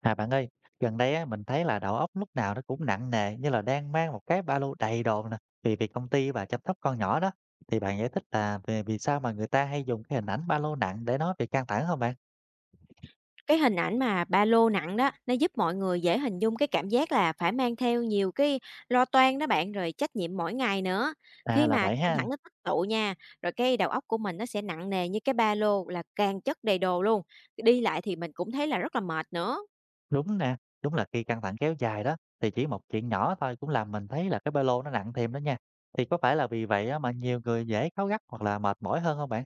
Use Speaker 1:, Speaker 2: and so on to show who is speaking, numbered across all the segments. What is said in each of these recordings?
Speaker 1: À bạn ơi, gần đây á, mình thấy là đầu óc lúc nào nó cũng nặng nề như là đang mang một cái ba lô đầy đồ nè vì vì công ty và chăm sóc con nhỏ đó, thì bạn giải thích là về vì sao mà người ta hay dùng cái hình ảnh ba lô nặng để nói về căng thẳng không bạn?
Speaker 2: Cái hình ảnh mà ba lô nặng đó, nó giúp mọi người dễ hình dung cái cảm giác là phải mang theo nhiều cái lo toan đó bạn, rồi trách nhiệm mỗi ngày nữa.
Speaker 1: À
Speaker 2: Khi
Speaker 1: là
Speaker 2: mà
Speaker 1: vậy
Speaker 2: căng
Speaker 1: ha.
Speaker 2: thẳng nó tích tụ nha, rồi cái đầu óc của mình nó sẽ nặng nề như cái ba lô là càng chất đầy đồ luôn. Đi lại thì mình cũng thấy là rất là mệt nữa.
Speaker 1: Đúng nè, đúng là khi căng thẳng kéo dài đó thì chỉ một chuyện nhỏ thôi cũng làm mình thấy là cái ba lô nó nặng thêm đó nha. Thì có phải là vì vậy á, mà nhiều người dễ cáu gắt hoặc là mệt mỏi hơn không bạn?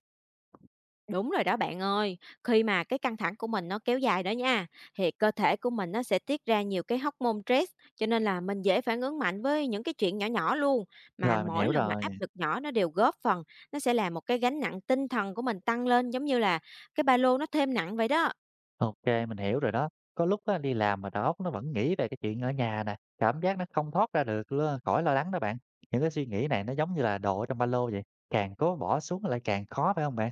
Speaker 2: Đúng rồi đó bạn ơi, khi mà cái căng thẳng của mình nó kéo dài đó nha, thì cơ thể của mình nó sẽ tiết ra nhiều cái hormone stress, cho nên là mình dễ phản ứng mạnh với những cái chuyện nhỏ nhỏ luôn. Mà
Speaker 1: Rồi mình
Speaker 2: mỗi
Speaker 1: hiểu
Speaker 2: lần mà áp
Speaker 1: rồi.
Speaker 2: lực nhỏ nó đều góp phần, nó sẽ là một cái gánh nặng tinh thần của mình tăng lên giống như là cái ba lô nó thêm nặng vậy đó.
Speaker 1: Ok, mình hiểu rồi đó. Có lúc á, đi làm mà đầu óc nó vẫn nghĩ về cái chuyện ở nhà nè, cảm giác nó không thoát ra được luôn, khỏi lo lắng đó bạn. Những cái suy nghĩ này nó giống như là đồ ở trong ba lô vậy, càng cố bỏ xuống lại càng khó phải không bạn?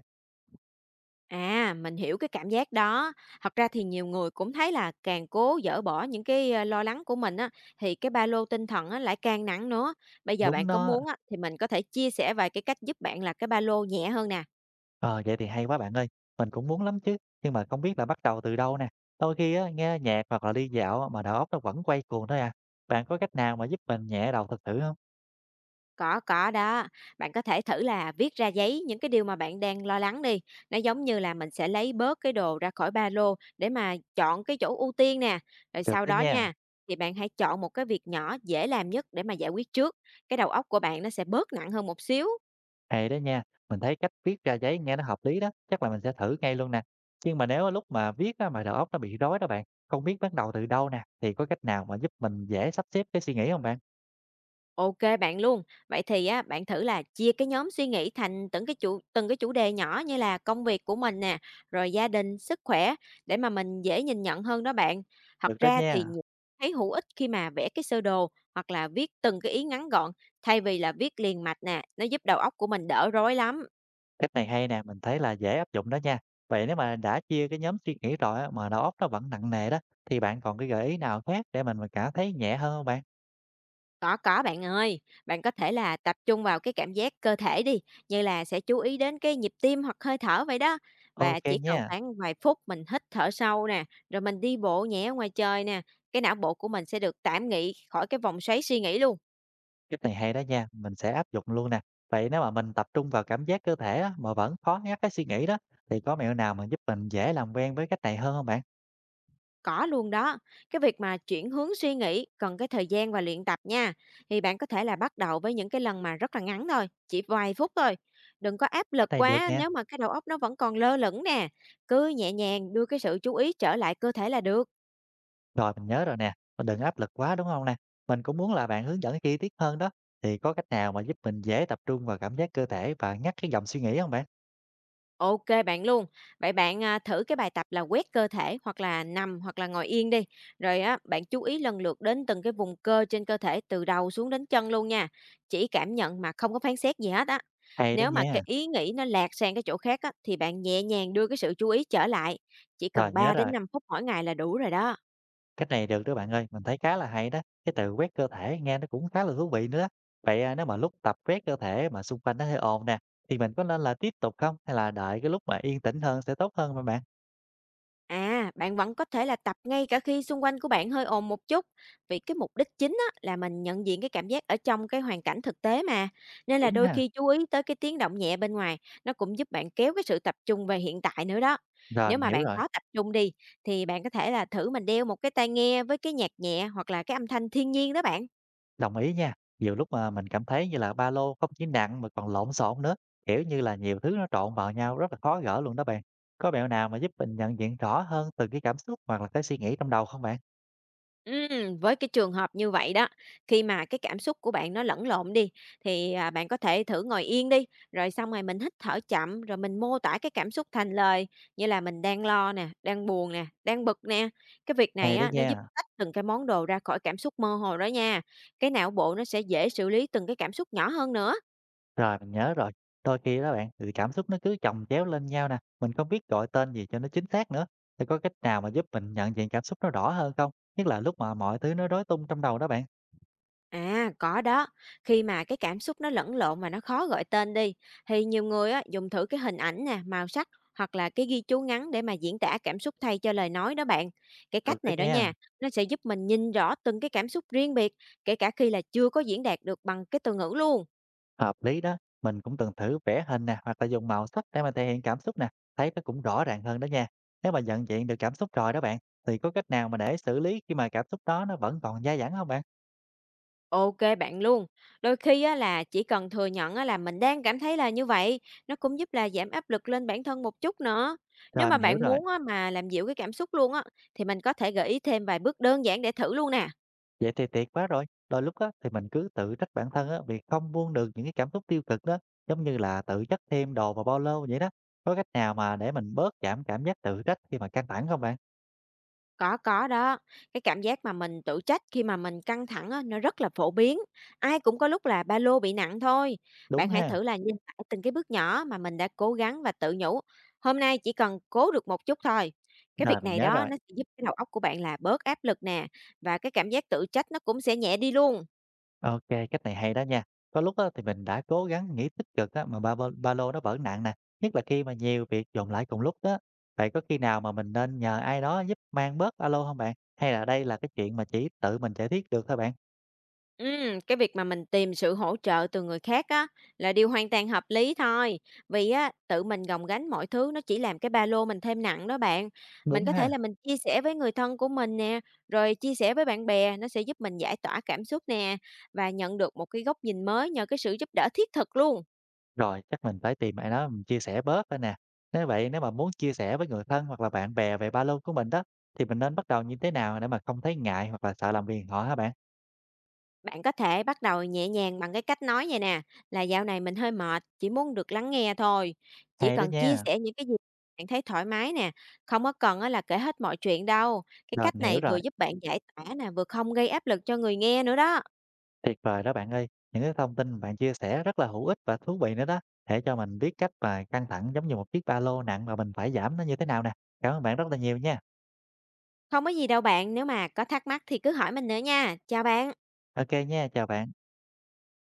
Speaker 2: À, mình hiểu cái cảm giác đó. Thật ra thì nhiều người cũng thấy là càng cố dỡ bỏ những cái, ơ, lo lắng của mình á, thì cái ba lô tinh thần á lại càng nặng nữa. Bây giờ
Speaker 1: Đúng
Speaker 2: bạn có
Speaker 1: đó.
Speaker 2: muốn á, thì mình có thể chia sẻ vài cái cách giúp bạn là cái ba lô nhẹ hơn nè.
Speaker 1: Ờ, vậy thì hay quá bạn ơi, mình cũng muốn lắm chứ, nhưng mà không biết là bắt đầu từ đâu nè. Đôi khi á, nghe nhạc hoặc là đi dạo mà đầu óc nó vẫn quay cuồng thôi à. Bạn có cách nào mà giúp mình nhẹ đầu thật sự không?
Speaker 2: Có đó. Bạn có thể thử là viết ra giấy những cái điều mà bạn đang lo lắng đi. Nó giống như là mình sẽ lấy bớt cái đồ ra khỏi ba lô để mà chọn cái chỗ ưu tiên nè. Rồi
Speaker 1: Được
Speaker 2: sau
Speaker 1: đó
Speaker 2: đó
Speaker 1: nha.
Speaker 2: nha, thì bạn hãy chọn một cái việc nhỏ dễ làm nhất để mà giải quyết trước. Cái đầu óc của bạn nó sẽ bớt nặng hơn một xíu.
Speaker 1: Hay đó nha, mình thấy cách viết ra giấy nghe nó hợp lý đó, chắc là mình sẽ thử ngay luôn nè. Nhưng mà nếu lúc mà viết á, mà đầu óc nó bị rối đó bạn, không biết bắt đầu từ đâu nè, thì có cách nào mà giúp mình dễ sắp xếp cái suy nghĩ không bạn?
Speaker 2: OK bạn luôn. Vậy thì á, bạn thử là chia cái nhóm suy nghĩ thành từng cái chủ đề nhỏ như là công việc của mình nè, rồi gia đình, sức khỏe để mà mình dễ nhìn nhận hơn đó bạn. Thật
Speaker 1: Được đó
Speaker 2: ra thì
Speaker 1: nha,
Speaker 2: thấy hữu ích khi mà vẽ cái sơ đồ hoặc là viết từng cái ý ngắn gọn thay vì là viết liền mạch nè, nó giúp đầu óc của mình đỡ rối lắm.
Speaker 1: cách này hay nè, mình thấy là dễ áp dụng đó nha. Vậy nếu mà đã chia cái nhóm suy nghĩ rồi á, mà đầu óc nó vẫn nặng nề đó, thì bạn còn cái gợi ý nào khác để mình mà cảm thấy nhẹ hơn không bạn?
Speaker 2: Có bạn ơi. Bạn có thể là tập trung vào cái cảm giác cơ thể đi, như là sẽ chú ý đến cái nhịp tim hoặc hơi thở vậy đó.
Speaker 1: Ok
Speaker 2: Và chỉ cần
Speaker 1: nha.
Speaker 2: khoảng vài phút mình hít thở sâu nè, rồi mình đi bộ nhẹ ở ngoài trời nè, cái não bộ của mình sẽ được tạm nghỉ khỏi cái vòng xoáy suy nghĩ luôn.
Speaker 1: Cách này hay đó nha, mình sẽ áp dụng luôn nè. Vậy nếu mà mình tập trung vào cảm giác cơ thể á, mà vẫn khó ngắt cái suy nghĩ đó, thì có mẹo nào mà giúp mình dễ làm quen với cách này hơn không bạn?
Speaker 2: Có luôn đó. Cái việc mà chuyển hướng suy nghĩ cần cái thời gian và luyện tập nha. Thì bạn có thể là bắt đầu với những cái lần mà rất là ngắn thôi, chỉ vài phút thôi. Đừng có áp
Speaker 1: Cách
Speaker 2: lực
Speaker 1: này được
Speaker 2: quá
Speaker 1: nè.
Speaker 2: nếu mà cái đầu óc nó vẫn còn lơ lửng nè. Cứ nhẹ nhàng đưa cái sự chú ý trở lại cơ thể là được.
Speaker 1: Rồi mình nhớ rồi nè, mình đừng áp lực quá đúng không nè? Mình cũng muốn là bạn hướng dẫn chi tiết hơn đó. Thì có cách nào mà giúp mình dễ tập trung vào cảm giác cơ thể và ngắt cái dòng suy nghĩ không bạn?
Speaker 2: OK bạn luôn. Vậy bạn, à, thử cái bài tập là quét cơ thể hoặc là nằm hoặc là ngồi yên đi, rồi á, bạn chú ý lần lượt đến từng cái vùng cơ trên cơ thể từ đầu xuống đến chân luôn nha, chỉ cảm nhận mà không có phán xét gì hết á.
Speaker 1: Hay đó
Speaker 2: Nếu mà
Speaker 1: nha.
Speaker 2: cái ý nghĩ nó lạc sang cái chỗ khác á, thì bạn nhẹ nhàng đưa cái sự chú ý trở lại, chỉ
Speaker 1: Rồi
Speaker 2: cần
Speaker 1: nhớ
Speaker 2: 3 đến
Speaker 1: rồi.
Speaker 2: 5 phút mỗi ngày là đủ rồi đó.
Speaker 1: Cách này được đó bạn ơi, mình thấy khá là hay đó. Cái từ quét cơ thể nghe nó cũng khá là thú vị nữa đó. Vậy à, nếu mà lúc tập quét cơ thể mà xung quanh nó hơi ồn nè, thì mình có nên là tiếp tục không? Hay là đợi cái lúc mà yên tĩnh hơn sẽ tốt hơn mà bạn?
Speaker 2: À, bạn vẫn có thể là tập ngay cả khi xung quanh của bạn hơi ồn một chút, vì cái mục đích chính á, là mình nhận diện cái cảm giác ở trong cái hoàn cảnh thực tế mà. Nên là
Speaker 1: Đúng
Speaker 2: đôi
Speaker 1: ha.
Speaker 2: khi chú ý tới cái tiếng động nhẹ bên ngoài, nó cũng giúp bạn kéo cái sự tập trung về hiện tại nữa đó.
Speaker 1: Rồi,
Speaker 2: Nếu
Speaker 1: mình
Speaker 2: mà
Speaker 1: hiểu
Speaker 2: bạn
Speaker 1: rồi.
Speaker 2: khó tập trung đi, thì bạn có thể là thử mình đeo một cái tai nghe với cái nhạc nhẹ hoặc là cái âm thanh thiên nhiên đó bạn.
Speaker 1: Đồng ý nha. Nhiều lúc mà mình cảm thấy như là ba lô không chỉ nặng mà còn lộn xộn nữa. Kiểu như là nhiều thứ nó trộn vào nhau rất là khó gỡ luôn đó bạn. Có mẹo nào mà giúp mình nhận diện rõ hơn từng cái cảm xúc hoặc là cái suy nghĩ trong đầu không bạn?
Speaker 2: Với cái trường hợp như vậy đó, khi mà cái cảm xúc của bạn nó lẫn lộn đi, thì, à, bạn có thể thử ngồi yên đi, rồi xong rồi mình hít thở chậm, rồi mình mô tả cái cảm xúc thành lời, như là mình đang lo nè, đang buồn nè, đang bực nè. Cái việc này
Speaker 1: Hay đó
Speaker 2: á, nó giúp
Speaker 1: nha.
Speaker 2: tách từng cái món đồ ra khỏi cảm xúc mơ hồ đó nha. Cái não bộ nó sẽ dễ xử lý từng cái cảm xúc nhỏ hơn nữa.
Speaker 1: Rồi, mình nhớ rồi. Đôi khi đó bạn, thì cảm xúc nó cứ chồng chéo lên nhau nè, mình không biết gọi tên gì cho nó chính xác nữa. Thì có cách nào mà giúp mình nhận diện cảm xúc nó rõ hơn không? Nhất là lúc mà mọi thứ nó rối tung trong đầu đó bạn.
Speaker 2: À, có đó. Khi mà cái cảm xúc nó lẫn lộn và nó khó gọi tên đi, thì nhiều người á, dùng thử cái hình ảnh nè, màu sắc hoặc là cái ghi chú ngắn để mà diễn tả cảm xúc thay cho lời nói đó bạn. Cái
Speaker 1: Được
Speaker 2: cách
Speaker 1: đó
Speaker 2: này đó
Speaker 1: nha,
Speaker 2: nha, nó sẽ giúp mình nhìn rõ từng cái cảm xúc riêng biệt, kể cả khi là chưa có diễn đạt được bằng cái từ ngữ luôn.
Speaker 1: hợp lý đó. Mình cũng từng thử vẽ hình nè, hoặc là dùng màu sắc để mà thể hiện cảm xúc nè, thấy nó cũng rõ ràng hơn đó nha. Nếu mà nhận diện được cảm xúc rồi đó bạn, thì có cách nào mà để xử lý khi mà cảm xúc đó nó vẫn còn dai dẳng không bạn?
Speaker 2: OK bạn luôn. Đôi khi á là chỉ cần thừa nhận á là mình đang cảm thấy là như vậy, nó cũng giúp là giảm áp lực lên bản thân một chút nữa. Nếu
Speaker 1: Rồi,
Speaker 2: mà
Speaker 1: mình hiểu
Speaker 2: bạn
Speaker 1: rồi.
Speaker 2: muốn á mà làm dịu cái cảm xúc luôn á, thì mình có thể gợi ý thêm vài bước đơn giản để thử luôn nè.
Speaker 1: Vậy thì tuyệt quá rồi. Đôi lúc á, thì mình cứ tự trách bản thân á, vì không buông được những cái cảm xúc tiêu cực đó, giống như là tự chất thêm đồ vào ba lô vậy đó. Có cách nào mà để mình bớt giảm cảm giác tự trách khi mà căng thẳng không bạn?
Speaker 2: Có đó. Cái cảm giác mà mình tự trách khi mà mình căng thẳng á, nó rất là phổ biến. Ai cũng có lúc là ba lô bị nặng thôi.
Speaker 1: Đúng
Speaker 2: Bạn hãy
Speaker 1: ha.
Speaker 2: thử là nhìn lại từng cái bước nhỏ mà mình đã cố gắng và tự nhủ. Hôm nay chỉ cần cố được một chút thôi. Cái
Speaker 1: Rồi
Speaker 2: việc
Speaker 1: mình
Speaker 2: này
Speaker 1: nhớ
Speaker 2: đó
Speaker 1: rồi.
Speaker 2: nó sẽ giúp cái đầu óc của bạn là bớt áp lực nè và cái cảm giác tự trách nó cũng sẽ nhẹ đi luôn.
Speaker 1: Ok, cách này hay đó nha. Có lúc á, thì mình đã cố gắng nghĩ tích cực á, mà ba lô nó vẫn nặng nè. Nhất là khi mà nhiều việc dồn lại cùng lúc đó. Vậy có khi nào mà mình nên nhờ ai đó giúp mang bớt ba lô không bạn? Hay là đây là cái chuyện mà chỉ tự mình giải quyết được thôi bạn?
Speaker 2: Cái việc mà mình tìm sự hỗ trợ từ người khác á, là điều hoàn toàn hợp lý thôi. Vì á, tự mình gồng gánh mọi thứ nó chỉ làm cái ba lô mình thêm nặng đó bạn. Mình
Speaker 1: Đúng
Speaker 2: có thể
Speaker 1: ha.
Speaker 2: là mình chia sẻ với người thân của mình nè, rồi chia sẻ với bạn bè, nó sẽ giúp mình giải tỏa cảm xúc nè, và nhận được một cái góc nhìn mới nhờ cái sự giúp đỡ thiết thực luôn.
Speaker 1: Rồi, chắc mình phải tìm ai đó mình chia sẻ bớt thôi nè. Nếu vậy, nếu mà muốn chia sẻ với người thân hoặc là bạn bè về ba lô của mình đó, thì mình nên bắt đầu như thế nào để mà không thấy ngại hoặc là sợ làm phiền họ hả bạn?
Speaker 2: Bạn có thể bắt đầu nhẹ nhàng bằng cái cách nói vậy nè, là dạo này mình hơi mệt, chỉ muốn được lắng nghe thôi. Chỉ
Speaker 1: Hay đó
Speaker 2: cần chia
Speaker 1: nha.
Speaker 2: sẻ những cái gì bạn thấy thoải mái nè, không có cần á là kể hết mọi chuyện đâu. Cái
Speaker 1: Rồi,
Speaker 2: cách
Speaker 1: mình hiểu
Speaker 2: này vừa
Speaker 1: rồi.
Speaker 2: giúp bạn giải tỏa nè, vừa không gây áp lực cho người nghe nữa đó.
Speaker 1: Tuyệt vời đó bạn ơi. Những cái thông tin bạn chia sẻ rất là hữu ích và thú vị nữa đó. Để cho mình biết cách mà căng thẳng giống như một chiếc ba lô nặng mà mình phải giảm nó như thế nào nè. Cảm ơn bạn rất là nhiều nha.
Speaker 2: Không có gì đâu bạn, nếu mà có thắc mắc thì cứ hỏi mình nữa nha. Chào bạn.
Speaker 1: Ok nha, chào bạn.